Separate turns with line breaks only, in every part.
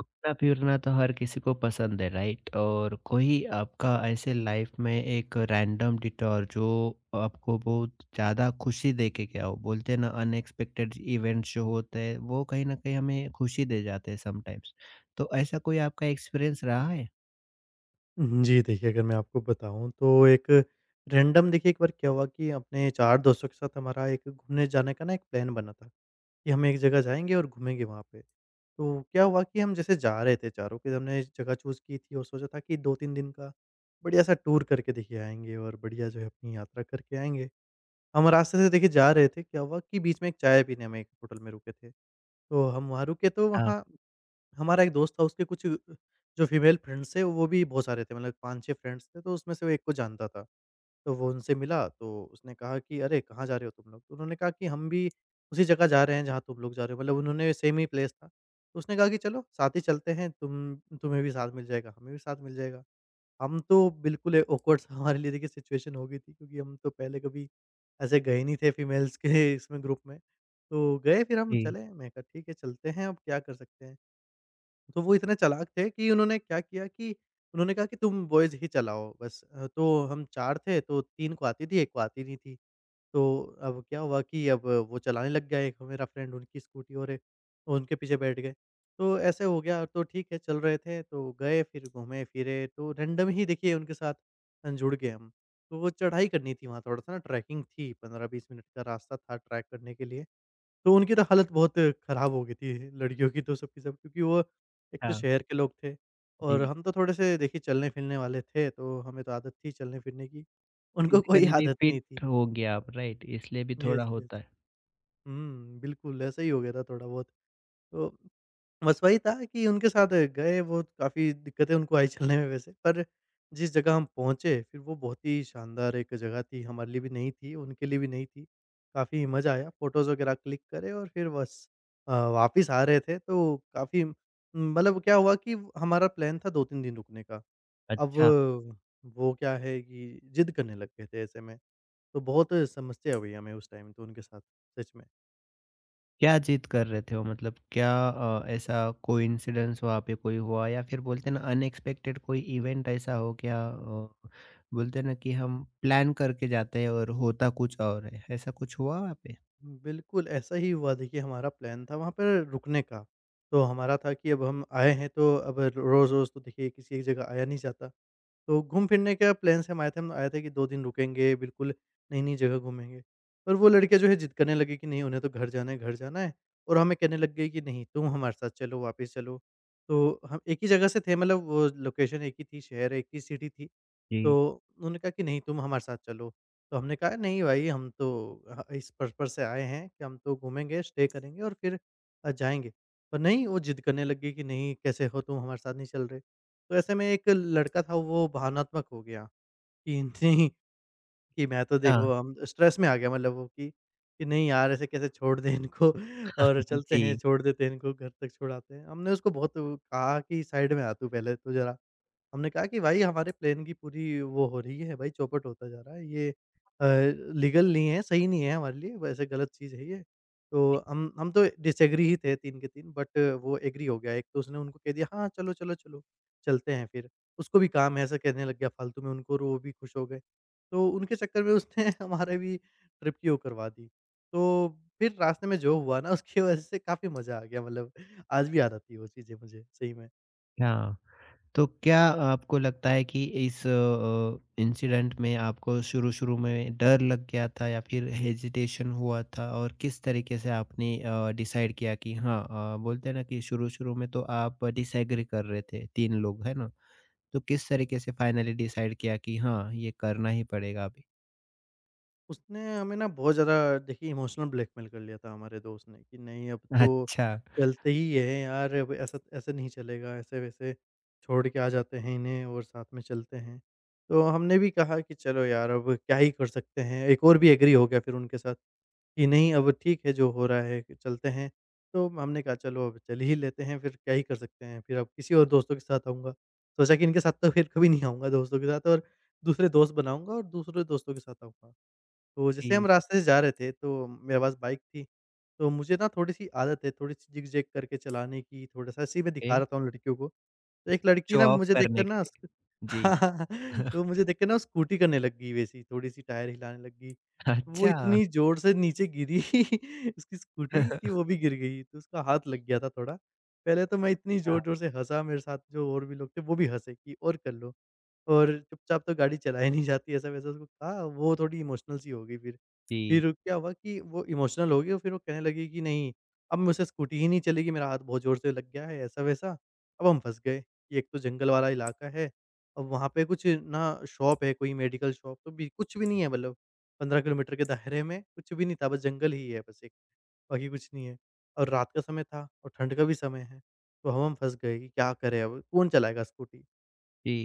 घूमना फिरना तो हर किसी को पसंद है राइट। और कोई आपका ऐसे लाइफ में एक रैंडम डिटॉर जो आपको बहुत ज़्यादा खुशी दे के गया हो, बोलते हैं ना अनएक्सपेक्टेड इवेंट्स जो होते हैं वो कहीं ना कहीं हमें खुशी दे जाते हैं समटाइम्स। तो ऐसा कोई आपका एक्सपीरियंस रहा है?
उहुँ, जी, देखिए, अगर मैं आपको बताऊँ तो एक रैंडम, देखिए एक बार क्या हुआ कि अपने 4 दोस्तों के साथ हमारा एक घूमने जाने का ना एक प्लान बना था कि हम एक जगह जाएँगे और घूमेंगे वहाँ पे। तो क्या हुआ कि हम जैसे जा रहे थे, चारों के हमने जगह चूज़ की थी और सोचा था कि 2-3 दिन का बढ़िया-सा टूर करके, देखिए, आएँगे और बढ़िया जो है अपनी यात्रा करके आएँगे। हम रास्ते से, देखिए, जा रहे थे, क्या हुआ कि बीच में एक चाय पीने हम एक होटल में रुके थे। तो हम वहाँ रुके तो
हाँ
वहाँ हमारा एक दोस्त था, उसके कुछ जो फीमेल फ्रेंड्स थे वो भी बहुत सारे थे मतलब 5-6 फ्रेंड्स थे, तो उसमें से वो एक को जानता था। तो वो उनसे मिला तो उसने कहा कि अरे! कहाँ जा रहे हो तुम लोग? तो उन्होंने कहा कि हम भी उसी जगह जा रहे हैं जहाँ तुम लोग जा रहे हो, मतलब उन्होंने सेम ही प्लेस था। तो उसने कहा कि चलो साथ ही चलते हैं, तुम तुम्हें भी साथ मिल जाएगा, हमें भी साथ मिल जाएगा। हम तो बिल्कुल ऑकवर्ड सा हमारे लिए, देखिए, सिचुएशन हो गई थी क्योंकि हम तो पहले कभी ऐसे गए नहीं थे फीमेल्स के इसमें ग्रुप में। तो गए फिर हम
जी।
चले, मैं कहा ठीक है चलते हैं, अब क्या कर सकते हैं। तो वो इतने चालाक थे कि उन्होंने क्या किया कि उन्होंने कहा कि तुम बॉयज़ ही चलाओ बस तो हम 4 थे, तो 3 को आती थी, 1 को आती नहीं थी। तो अब क्या हुआ कि अब वो चलाने लग गया एक मेरा फ्रेंड उनकी स्कूटी और ए उनके पीछे बैठ गए। तो ऐसे हो गया, तो ठीक है चल रहे थे, तो गए फिर घूमे-फिरे, तो रैंडम ही, देखिए, उनके साथ जुड़ गए हम। तो वो चढ़ाई करनी थी वहाँ, थोड़ा-सा ना ट्रैकिंग थी, 15-20 मिनट का रास्ता था ट्रैक करने के लिए। तो उनकी तो हालत बहुत खराब हो गई थी, लड़कियों की तो सबकी सब, क्योंकि वो एक तो
हाँ
शहर के लोग थे, और
जी।
हम तो थोड़े-से, देखिए, चलने-फिरने वाले थे, तो हमें तो आदत थी चलने-फिरने की, उनको कोई
फिजिकली भी
आदत नहीं थी।
फिट हो गया आप राइट, इसलिए भी थोड़ा
यस, यस।
होता है।
हुँ, बिल्कुल ऐसा ही हो गया था थोड़ा बहुत। तो बस वही था कि उनके साथ गए, वो काफ़ी दिक्कतें उनको आई चलने में वैसे, पर जिस जगह हम पहुँचे, फिर वो बहुत ही शानदार एक जगह थी, हमारे लिए भी नई थी, उनके लिए भी नई थी। काफ़ी मज़ा आया, फ़ोटोज़ वगैरह क्लिक करे, और फिर बस वापिस आ रहे थे, तो काफ़ी मतलब क्या हुआ कि हमारा प्लान था 2-3 दिन रुकने का। अब
अच्छा।
वो क्या है कि ज़िद करने लग गए थे ऐसे में, तो बहुत समस्या हुई हमें उस टाइम तो उनके साथ, सच में।
क्या जिद कर रहे थे वो? मतलब क्या ऐसा कोइंसिडेंस वहाँ पे कोई हुआ, या फिर बोलते हैं ना अनएक्सपेक्टेड कोई इवेंट ऐसा हो गया, बोलते हैं ना कि हम प्लान करके जाते हैं और होता कुछ और है, ऐसा कुछ हुआ वहाँ पे?
बिल्कुल, ऐसा ही हुआ, देखिए हमारा प्लान था वहाँ पर रुकने का। तो हमारा था कि अब हम आए हैं तो अब रोज़-रोज़ तो, देखिए, किसी एक जगह आया नहीं जाता। तो घूम-फिरने का प्लान से हम आए थे कि 2 दिन रुकेंगे, बिल्कुल नई-नई जगह घूमेंगे। पर वो लड़के जो है ज़िद करने लगे कि नहीं उन्हें तो घर जाना है, घर जाना है, और हमें कहने लग गए कि नहीं तुम हमारे साथ चलो, वापस चलो। तो हम एक ही जगह से थे, मतलब वो लोकेशन एक ही थी, शहर एक ही सिटी थी। तो
जी।
उन्होंने कहा कि नहीं तुम हमारे साथ चलो। तो हमने कहा नहीं भाई हम तो ह इस पर्पस से आए हैं कि हम तो घूमेंगे, स्टे करेंगे और फिर जाएँगे। पर नहीं वो ज़िद करने लग गई कि नहीं कैसे हो तुम हमारे साथ नहीं चल रहे। तो ऐसे में एक लड़का था, वो बहानात्मक हो गया कि नहीं, कि मैं तो देखो
हाँ,
हम स्ट्रेस में आ गया मतलब वो कि नहीं यार ऐसे कैसे छोड़ दें इनको और चलते हैं
जी,
छोड़ देते हैं इनको घर तक छुड़ाते हैं। हमने उसको बहुत वो कहा कि साइड में आ तू पहले तो ज़रा। हमने कहा कि भाई हमारे प्लान की पूरी वो हो रही है भाई, चौपट होता जा रहा है ये लीगल नहीं है, सही नहीं है हमारे लिए, वैसे गलत चीज़ है ये। तो हम तो डिसएग्री ही थे 3 के 3, बट वो एग्री हो गया एक, तो उसने उनको कह दिया हाँ, चलो, चलो, चलो, चलते हैं फिर। उसको भी काम है ऐसा कहने लग गया फालतू में उनको, और वो भी खुश हो गए। तो उनके चक्कर में उसने हमारे भी ट्रिप की वो करवा दी। तो फिर रास्ते में जो हुआ ना उसकी वज़ह से काफ़ी मज़ा आ गया, मतलब आज भी याद आती है वो चीज़ें मुझे, सही में।
हाँ। तो क्या आपको लगता है कि इस इंसिडेंट में आपको शुरू-शुरू में डर लग गया था या फिर हेजिटेशन हुआ था, और किस तरीके से आपने डिसाइड किया कि हाँ, बोलते हैं ना कि शुरू-शुरू में तो आप डिसएग्री कर रहे थे 3 लोग, है ना? तो किस तरीके से फाइनली डिसाइड किया कि हाँ, ये करना ही पड़ेगा अभी?
उसने हमें ना बहुत ज़्यादा, देखिए, इमोशनल ब्लैकमेल कर लिया था हमारे दोस्त ने कि नहीं अब तो
अच्छा,
चलते ही हैं यार, अब ऐसा ऐसे नहीं चलेगा, ऐसे-वैसे छोड़ के आ जाते हैं इन्हें, और साथ में चलते हैं। तो हमने भी कहा कि चलो यार अब क्या ही कर सकते हैं, एक और भी एग्री हो गया फिर उनके साथ। कि नहीं अब ठीक है जो हो रहा है, कि चलते हैं। तो हमने कहा चलो अब चल ही लेते हैं फिर, क्या ही कर सकते हैं, फिर अब किसी और दोस्तों के साथ आऊँगा। सोचा कि इनके साथ तो फिर कभी नहीं आऊँगा दोस्तों के साथ, और दूसरे दोस्त बनाऊँगा और दूसरे दोस्तों के साथ आऊँगा। तो जैसे हम
ठीक
रास्ते से जा रहे थे तो मेरे पास बाइक थी, तो मुझे ना थोड़ी-सी आदत है थोड़ी-सी जिग-जैग करके चलाने की, थोड़ा-सा ऐसे ही मैं दिखा
है।
रहा था उन लड़कियों को। तो एक लड़की
शो
ना
ऑफ
मुझे देखकर
करने के
ना
लिए।
उसक
जी।
हाँ, हाँ, तो मुझे देखकर ना स्कूटी करने लग गई वैसी, थोड़ी-सी टायर हिलाने लग गई। वो
अच्छा।
इतनी ज़ोर से नीचे गिरी उसकी स्कूटी कि वो भी गिर गई, तो उसका हाथ लग गया था थोड़ा। पहले तो मैं इतनी
हाँ,
ज़ोर-ज़ोर से हँसा, मेरे साथ जो और भी लोग थे वो भी हँसे कि और कर लो। और चुपचाप तो गाड़ी चलाई नहीं जाती ऐसा-वैसा उसको कहा, वो थोड़ी इमोशनल सी हो गई फिर।
जी,
फिर क्या हुआ कि वो इमोशनल हो गई और फिर वो कहने लगी कि नहीं, अब मुझसे स्कूटी ही नहीं चलेगी, मेरा हाथ बहुत ज़ोर से लग गया है, ऐसा-वैसा। अब हम फँस गए, कि एक तो जंगल वाला इलाका है, अब वहाँ पे कुछ ना शॉप है, कोई मेडिकल शॉप तो भी कुछ भी नहीं है, मतलब 15 किलोमीटर के दायरे में कुछ भी नहीं था, बस जंगल ही है बस एक, बाकी कुछ नहीं है। और रात का समय था और ठंड का भी समय है, तो हम फँस गए कि क्या करें अब, कौन चलाएगा स्कूटी?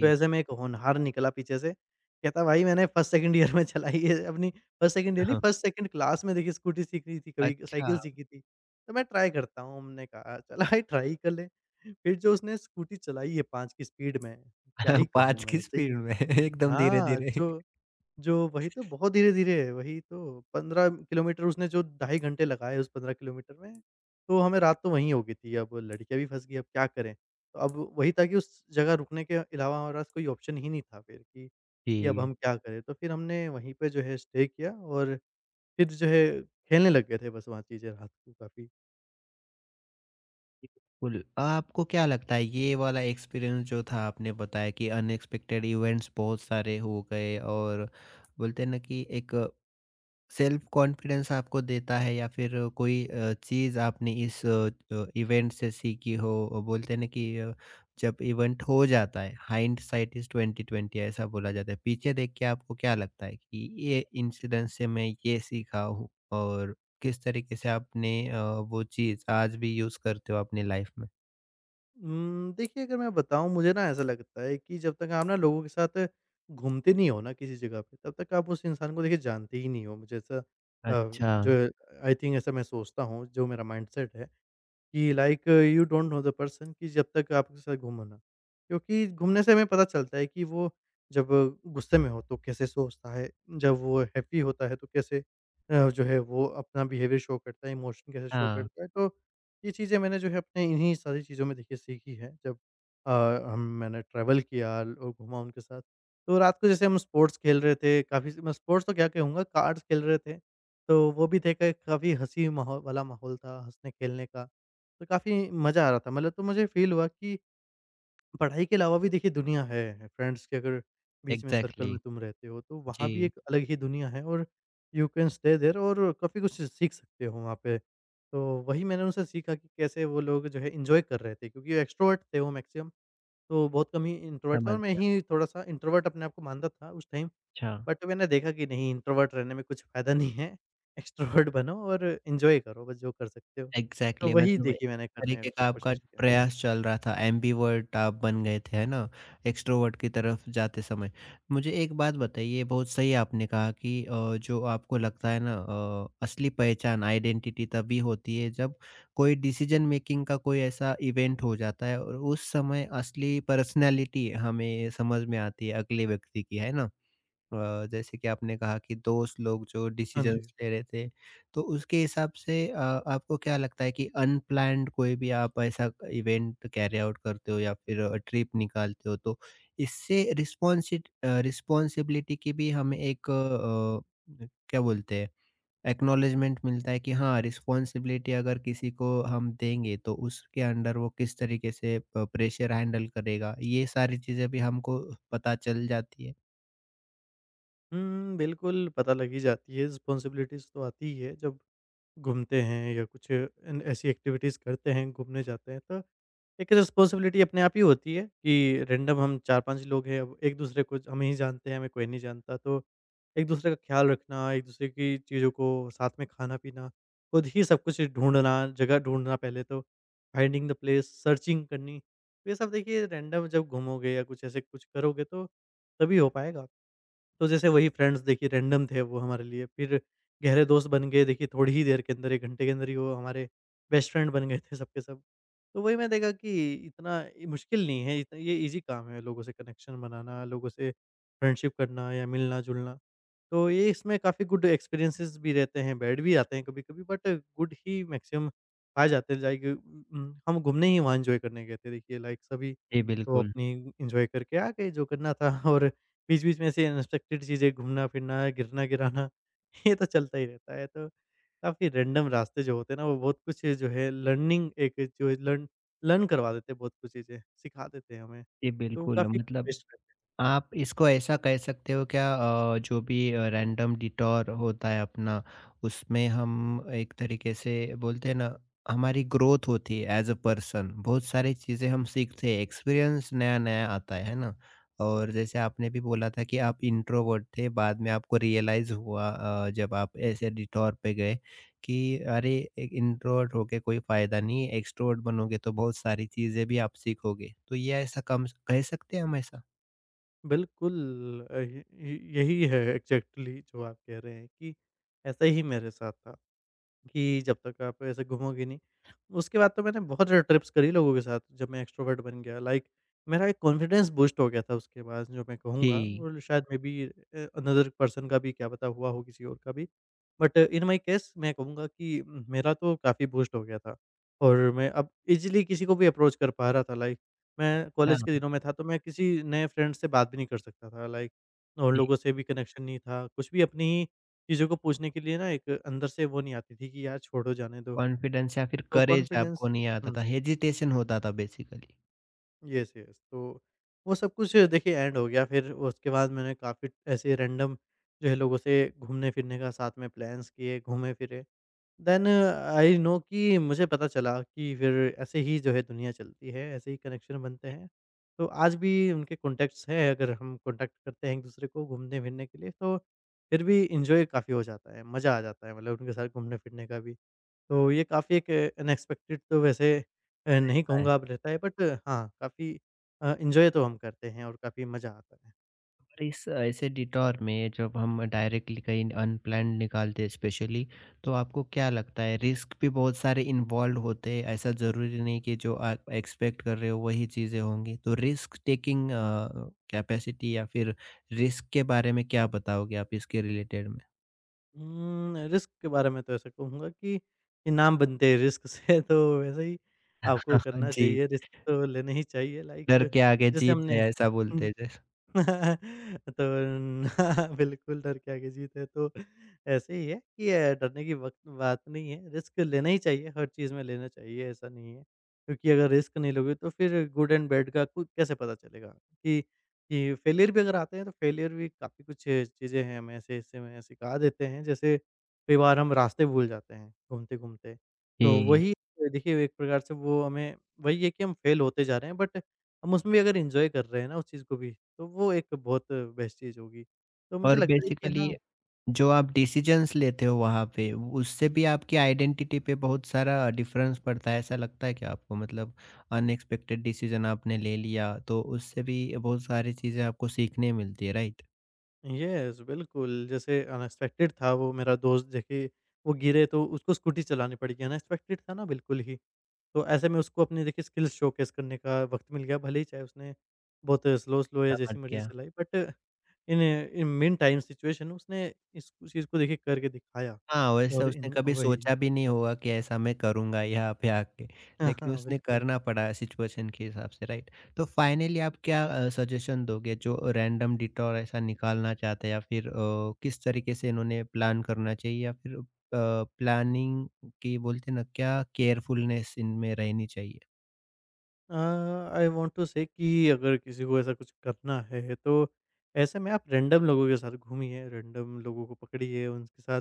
तो ऐसे में एक होनहार निकला पीछे से, कहता भाई मैंने फर्स्ट सेकंड ईयर में चलाई है अपनी, फर्स्ट सेकंड ईयर नहीं
हाँ,
फर्स्ट सेकंड क्लास में, देखिए, स्कूटी सीख ली थी, कभी
अच्छा।
साइकिल सीखी थी, तो मैं ट्राई करता हूँ, हमने कहा चल भाई ट्राई कर ले। फिर जो उसने स्कूटी चलाई है 5 की स्पीड में, क्या ही कहूँ
5 की
मैं सही।
स्पीड में, एकदम
हाँ,
धीरे-धीरे।
जो जो वही तो बहुत धीरे-धीरे है, वही तो 15 किलोमीटर उसने जो 2.5 घंटे लगाए उस 15 किलोमीटर में, तो हमें रात तो वहीं हो गई थी। अब लड़कियाँ भी फँस गई, अब क्या करें? तो अब वही था कि उस जगह रुकने के अलावा हमारे पास कोई ऑप्शन ही नहीं था फिर, कि अब
जी,
हम क्या करें? तो फिर हमने वहीं पे जो है स्टे किया और फिर जो है खेलने लग गए थे बस वहाँ चीज़ें रात को काफ़ी।
बिल्कुल। आपको क्या लगता है ये वाला एक्सपीरियंस जो था, आपने बताया कि अनएक्सपेक्टेड इवेंट्स बहुत सारे हो गए, और बोलते हैं ना कि एक सेल्फ कॉन्फिडेंस आपको देता है, या फिर कोई चीज़ आपने इस इवेंट से सीखी हो, बोलते हैं ना कि जब इवेंट हो जाता है, हाइंडसाइट इज ट्वेंटी ट्वेंटी ऐसा बोला जाता है, पीछे देख के आपको क्या लगता है कि ये इंसिडेंट से मैं ये सीखा हूँ, और किस तरीके से आपने वो चीज़ आज भी यूज़ करते हो अपनी लाइफ में?
देखिए, अगर मैं बताऊँ मुझे ना ऐसा लगता है कि जब तक आप ना लोगों के साथ घूमते नहीं हो ना किसी जगह पे, तब तक आप उस इंसान को देखिए जानते ही नहीं हो। मुझे ऐसा
अच्छा।
जो आई थिंक ऐसा मैं सोचता हूँ, जो मेरा माइंडसेट है। कि like you don't know the person, कि जब तक आपके साथ घूमो ना। क्योंकि घूमने से हमें पता चलता है कि वो जब गुस्से में हो तो कैसे सोचता है, जब वो हैप्पी होता है तो कैसे जो है वो अपना बिहेवियर शो करता है, इमोशन कैसे शो
हाँ हाँ।
करता है। तो ये चीज़ें मैंने जो है अपने इन्हीं सारी चीज़ों में देखिए सीखी है, जब अ, हम मैंने ट्रैवल किया और घूमा उनके साथ। तो रात को जैसे हम स्पोर्ट्स खेल रहे थे, काफ़ी मैं स्पोर्ट्स तो क्या कहूँगा, कार्ड्स खेल रहे थे। तो वो भी देखा, काफ़ी हँसी माहौल वाला माहौल था हँसने-खेलने का। तो काफ़ी मज़ा आ रहा था मतलब, तो मुझे फ़ील हुआ कि पढ़ाई के अलावा भी देखिए दुनिया है, फ्रेंड्स के अगर बीच में सर्कल
एग्जैक्टली।
में तुम रहते हो तो वहाँ
जी।
भी एक अलग ही दुनिया है और यू कैन स्टे देयर और काफ़ी कुछ सीख सकते हो वहाँ पे। तो वही मैंने उनसे सीखा कि कैसे वो लोग जो है एन्जॉय कर रहे थे, क्योंकि एक्सट्रोवर्ट थे वो मैक्सिमम, तो बहुत कम ही इंट्रोवर्ट थे, और
समझ
मैं
गया।
ही थोड़ा-सा इंट्रोवर्ट अपने आप को मानता था उस टाइम।
अच्छा।
बट मैंने देखा कि नहीं, इंट्रोवर्ट रहने में कुछ फ़ायदा नहीं है, एक्सट्रोवर्ट बनो और एन्जॉय करो बस जो कर सकते हो। तो
एग्ज़ैक्टली,
वही
मतलब एक
देखिए मैंने करने
तरीके का आपका
कोशिश किया।
प्रयास चल रहा था, एम्बिवर्ट आप बन गए थे, है ना? एक्स्ट्रोवर्ट की तरफ जाते समय। मुझे एक बात बताइए, बहुत सही आपने कहा कि जो आपको लगता है ना, असली पहचान आइडेंटिटी तभी होती है जब कोई डिसीज़न मेकिंग का कोई ऐसा इवेंट हो जाता है, और उस समय असली पर्सनैलिटी हमें समझ में आती है अगले व्यक्ति की, है ना? जैसे कि आपने कहा कि दोस्त लोग जो
हाँ जी।
डिसीजंस ले रहे थे, तो उसके हिसाब से आपको क्या लगता है कि अनप्लैन्ड कोई भी आप ऐसा इवेंट कैरी आउट करते हो या फिर ट्रिप निकालते हो, तो इससे रिस्पॉन्सिबिलिटी की भी हमें एक, क्या बोलते हैं, एक्नॉलेजमेंट मिलता है कि हाँ, रिस्पॉन्सिबिलिटी अगर किसी को हम देंगे, तो उसके अंडर वो किस तरीके से प प्रेशर हैंडल करेगा, ये सारी चीज़ें भी हमको पता चल जाती है?
हुँ, बिल्कुल पता लग ही जाती है, रिस्पॉन्सिबिलिटीज़ तो आती ही है जब घूमते हैं या कुछ एन ऐसी एक्टिविटीज़ करते हैं, घूमने जाते हैं, तो एक रिस्पॉन्सिबिलिटी अपने आप ही होती है कि रैंडम हम 4-5 लोग हैं, अब एक-दूसरे को हम ही जानते हैं, हमें कोई नहीं जानता, तो एक-दूसरे का ख्याल रखना, एक-दूसरे की चीज़ों को साथ में खाना-पीना, खुद ही सब कुछ ढूँढना, जगह ढूँढना पहले तो, फाइंडिंग द प्लेस, सर्चिंग करनी, तो ये सब देखिए रैंडम जब घूमोगे या कुछ ऐसे कुछ करोगे तो तभी हो पाएगा। तो जैसे वही फ्रेंड्स देखिए रैंडम थे वो हमारे लिए, फिर गहरे दोस्त बन गए देखिए थोड़ी ही देर के अंदर, 1 घंटे के अंदर ही वो हमारे बेस्ट फ्रेंड बन गए थे सब के सब। तो वही मैंने देखा कि इतना ये मुश्किल नहीं है, इतना ये ईज़ी काम है लोगों से कनेक्शन बनाना, लोगों से फ्रेंडशिप करना या मिलना-जुलना। तो ये इसमें काफ़ी गुड एक्सपीरियंसेस भी रहते हैं, बैड भी आते हैं कभी-कभी, बट गुड ही मैक्सिमम पाए जाते हैं। लाइक हम घूमने ही वहाँ एन्जॉय करने गए थे देखिए, लाइक सभी
जी,
तो
बिल्कुल।
अपनी एन्जॉय करके आ गए जो करना था। और बीच-बीच में ऐसे अनएक्सपेक्टेड चीज़ें, घूमना-फिरना, गिरना-गिराना, ये तो चलता ही रहता है। तो काफ़ी रैंडम रास्ते जो होते हैं ना, वो बहुत कुछ जो है लर्निंग, एक जो लर्न लर्न करवा देते हैं, बहुत कुछ चीज़ें सिखा देते हैं हमें।
जी,
तो
बिल्कुल,
काफ़ी
मतलब,
बेस्ट रहते हैं।
आप इसको ऐसा कह सकते हो क्या, जो भी रैंडम डिटॉर होता है अपना, उसमें हम एक तरीके से बोलते हैं ना, हमारी ग्रोथ होती है एज अ पर्सन, बहुत सारी चीज़ें हम सीखते हैं, एक्सपीरियंस नया नया आता है ना? और जैसे आपने भी बोला था कि आप इंट्रोवर्ट थे, बाद में आपको रियलाइज हुआ जब आप ऐसे डिटॉर पे गए, कि अरे, एक इंट्रोवर्ट होके कोई फायदा नहीं, एक्सट्रोवर्ट बनोगे तो बहुत सारी चीज़ें भी आप सीखोगे, तो ये ऐसा कम कह सकते हैं हम, ऐसा?
बिल्कुल, य य यही है एग्ज़ैक्टली जो आप कह रहे हैं कि ऐसा ही मेरे साथ था। कि जब तक आप ऐसे घूमोगे नहीं। उसके बाद तो मैंने बहुत सारी ट्रिप्स करी लोगों के साथ, जब मैं एक्स्ट्रोवर्ट बन गया, लाइक मेरा एक कॉन्फिडेंस बूस्ट हो गया था उसके बाद, जो मैं कहूँगा,
जी।
और शायद मे बी अनदर पर्सन का भी क्या पता हुआ हो किसी और का भी। बट इन माय केस मैं कहूँगा कि मेरा तो काफ़ी बूस्ट हो गया था, और मैं अब ईज़िली किसी को भी अप्रोच कर पा रहा था। लाइक मैं कॉलेज के
हाँ,
दिनों में था तो मैं किसी नए फ्रेंड से बात भी नहीं कर सकता था, लाइक और
जी।
लोगों से भी कनेक्शन नहीं था। कुछ भी अपनी चीज़ों को पूछने के लिए ना एक अंदर से वो नहीं आती थी कि यार छोड़ो जाने दो।
कॉन्फिडेंस या फिर
तो
करेज
कॉन्फिडेंस,
आपको नहीं आता था,
हुँ,
हेजिटेशन होता था बेसिकली।
Yes, yes. तो वो सब कुछ देखिए एंड हो गया फिर, उसके बाद मैंने काफ़ी ऐसे रैंडम जो है लोगों से घूमने-फिरने का साथ में प्लान्स किए, घूमे-फिरे। देन आई नो कि मुझे पता चला कि फिर ऐसे ही जो है दुनिया चलती है, ऐसे ही कनेक्शन बनते हैं। तो आज भी उनके कॉन्टैक्ट्स हैं, अगर हम कॉन्टैक्ट करते हैं एक-दूसरे को घूमने-फिरने के लिए, तो फिर भी एन्जॉय काफ़ी हो जाता है, मज़ा आ जाता है मतलब उनके साथ घूमने-फिरने का भी। तो ये काफ़ी एक अनएक्सपेक्टेड तो वैसे नहीं
राइट।
कहूँगा अब रहता है, बट हाँ, काफ़ी एन्जॉय तो हम करते हैं और काफ़ी मज़ा आता है।
और इस ऐसे डिटॉर में जब हम डायरेक्टली कहीं अनप्लैन्ड निकालते हैं स्पेशली, तो आपको क्या लगता है रिस्क भी बहुत सारे इन्वॉल्व होते हैं, ऐसा ज़रूरी नहीं कि जो आप एक्सपेक्ट कर रहे हो वही चीज़ें होंगी। तो रिस्क टेकिंग कैपेसिटी, या फिर रिस्क के बारे में क्या बताओगे आप इसके रिलेटेड में?
रिस्क के बारे में तो ऐसा कहूँगा कि इनाम बनते हैं रिस्क से, तो वैसे ही आपको करना
जी,
चाहिए, रिस्क तो लेने ही चाहिए।
डर
लाइक
के आगे
जैसे
जीत
हमने
है ऐसा बोलते
हुँ।
हैं जैसे।
तो न बिल्कुल डर के आगे जीत है, तो ऐसे ही है कि डरने की वक़्त बात नहीं है, रिस्क लेना ही चाहिए, हर चीज़ में लेना चाहिए, ऐसा नहीं है। क्योंकि अगर रिस्क नहीं लोगे तो फिर गुड एंड बैड का कु कैसे पता चलेगा कि कि फेलियर भी अगर आते हैं तो फेलियर भी काफ़ी कुछ चीज़ें हैं हमें ऐसे हिस्से में सिखा देते हैं, जैसे कई बार हम रास्ते भूल जाते हैं घूमते-घूमते। तो
जी,
वही देखिए एक प्रकार से वो हमें, वही है कि हम फेल होते जा रहे हैं, बट हम उसमें भी अगर एन्जॉय कर रहे हैं ना उस चीज़ को भी, तो वो एक बहुत बेस्ट चीज़ होगी। तो मुझे
और
लगता है कि
बेसिकली
हाँ।
जो आप डिसीजंस लेते हो वहाँ पे, उससे भी आपकी आइडेंटिटी पे बहुत सारा डिफरेंस पड़ता है, ऐसा लगता है क्या आपको? मतलब अनएक्सपेक्टेड डिसीजन आपने ले लिया, तो उससे भी बहुत सारी चीज़ें आपको सीखने मिलती है, राइट?
येस, बिल्कुल, जैसे अनएक्सपेक्टेड था वो मेरा दोस्त देखिए, वो गिरे तो उसको स्कूटी चलानी पड़ गई, अनएक्सपेक्टेड था ना बिल्कुल ही। तो ऐसे में उसको अपनी देखिए स्किल्स शोकेस करने का वक़्त मिल गया, भले ही चाहे उसने बहुत स्लो, स्लो या
समझ
जैसी मर्ज़ी
गया।
चलाई, but in in mean time situation उसने इस चीज़ को देखिए करके दिखाया।
हाँ, वैसे
और
उसने
इन
कभी
वही
सोचा भी नहीं होगा कि ऐसा मैं करूँगा यहाँ पे आके,
हाँ,
लेकिन
हाँ,
उसने
बिल्कुल।
करना पड़ा सिचुएशन के हिसाब से, राइट? तो फाइनली आप क्या सजेशन दोगे, जो रैंडम डिटॉर ऐसा निकालना चाहते हैं, या फिर किस तरीके से इन्होंने प्लान करना चाहिए, या फिर प्लानिंग की बोलते हैं ना क्या केयरफुलनेस इनमें रहनी चाहिए?
आई वांट टू से कि अगर किसी को ऐसा कुछ करना है तो ऐसे में आप रैंडम लोगों के साथ घूमिए, रैंडम लोगों को पकड़िए, उनके साथ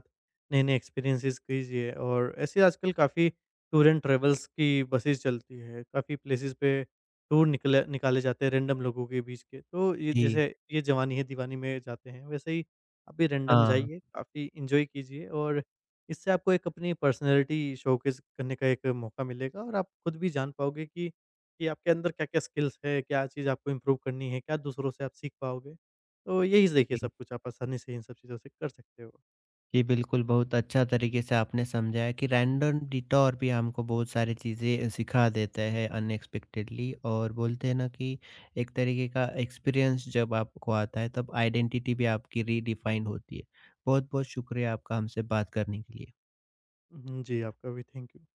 नए-नए एक्सपीरियंसेस कीजिए। और ऐसे आजकल काफ़ी टूर एंड ट्रैवल्स की बसेस चलती है, काफ़ी प्लेसेस पे टूर निकले निकाले जाते हैं रैंडम लोगों के बीच के। तो ये
जी,
जैसे ये जवानी है दीवानी में जाते हैं, वैसे ही आप भी रैंडम
हाँ।
जाइए, काफ़ी एन्जॉय कीजिए, और इससे आपको एक अपनी पर्सनैलिटी शोकेस करने का एक मौका मिलेगा और आप खुद भी जान पाओगे कि आपके अंदर क्या-क्या स्किल्स है, क्या चीज़ आपको इम्प्रूव करनी है, क्या दूसरों से आप सीख पाओगे। तो यही देखिए
जी।
सब कुछ आप आसानी से इन सब चीज़ों से कर सकते हो।
जी, बिल्कुल, बहुत अच्छा तरीके से आपने समझाया कि रैंडम डिटॉर भी हमको बहुत सारी चीज़ें सिखा देता है अनएक्सपेक्टेडली, और बोलते हैं ना कि एक तरीके का एक्सपीरियंस जब आपको आता है तब आइडेंटिटी भी आपकी रीडिफाइन होती है। बहुत-बहुत शुक्रिया आपका हमसे बात करने के लिए।
हुँ, जी, आपका भी थैंक यू।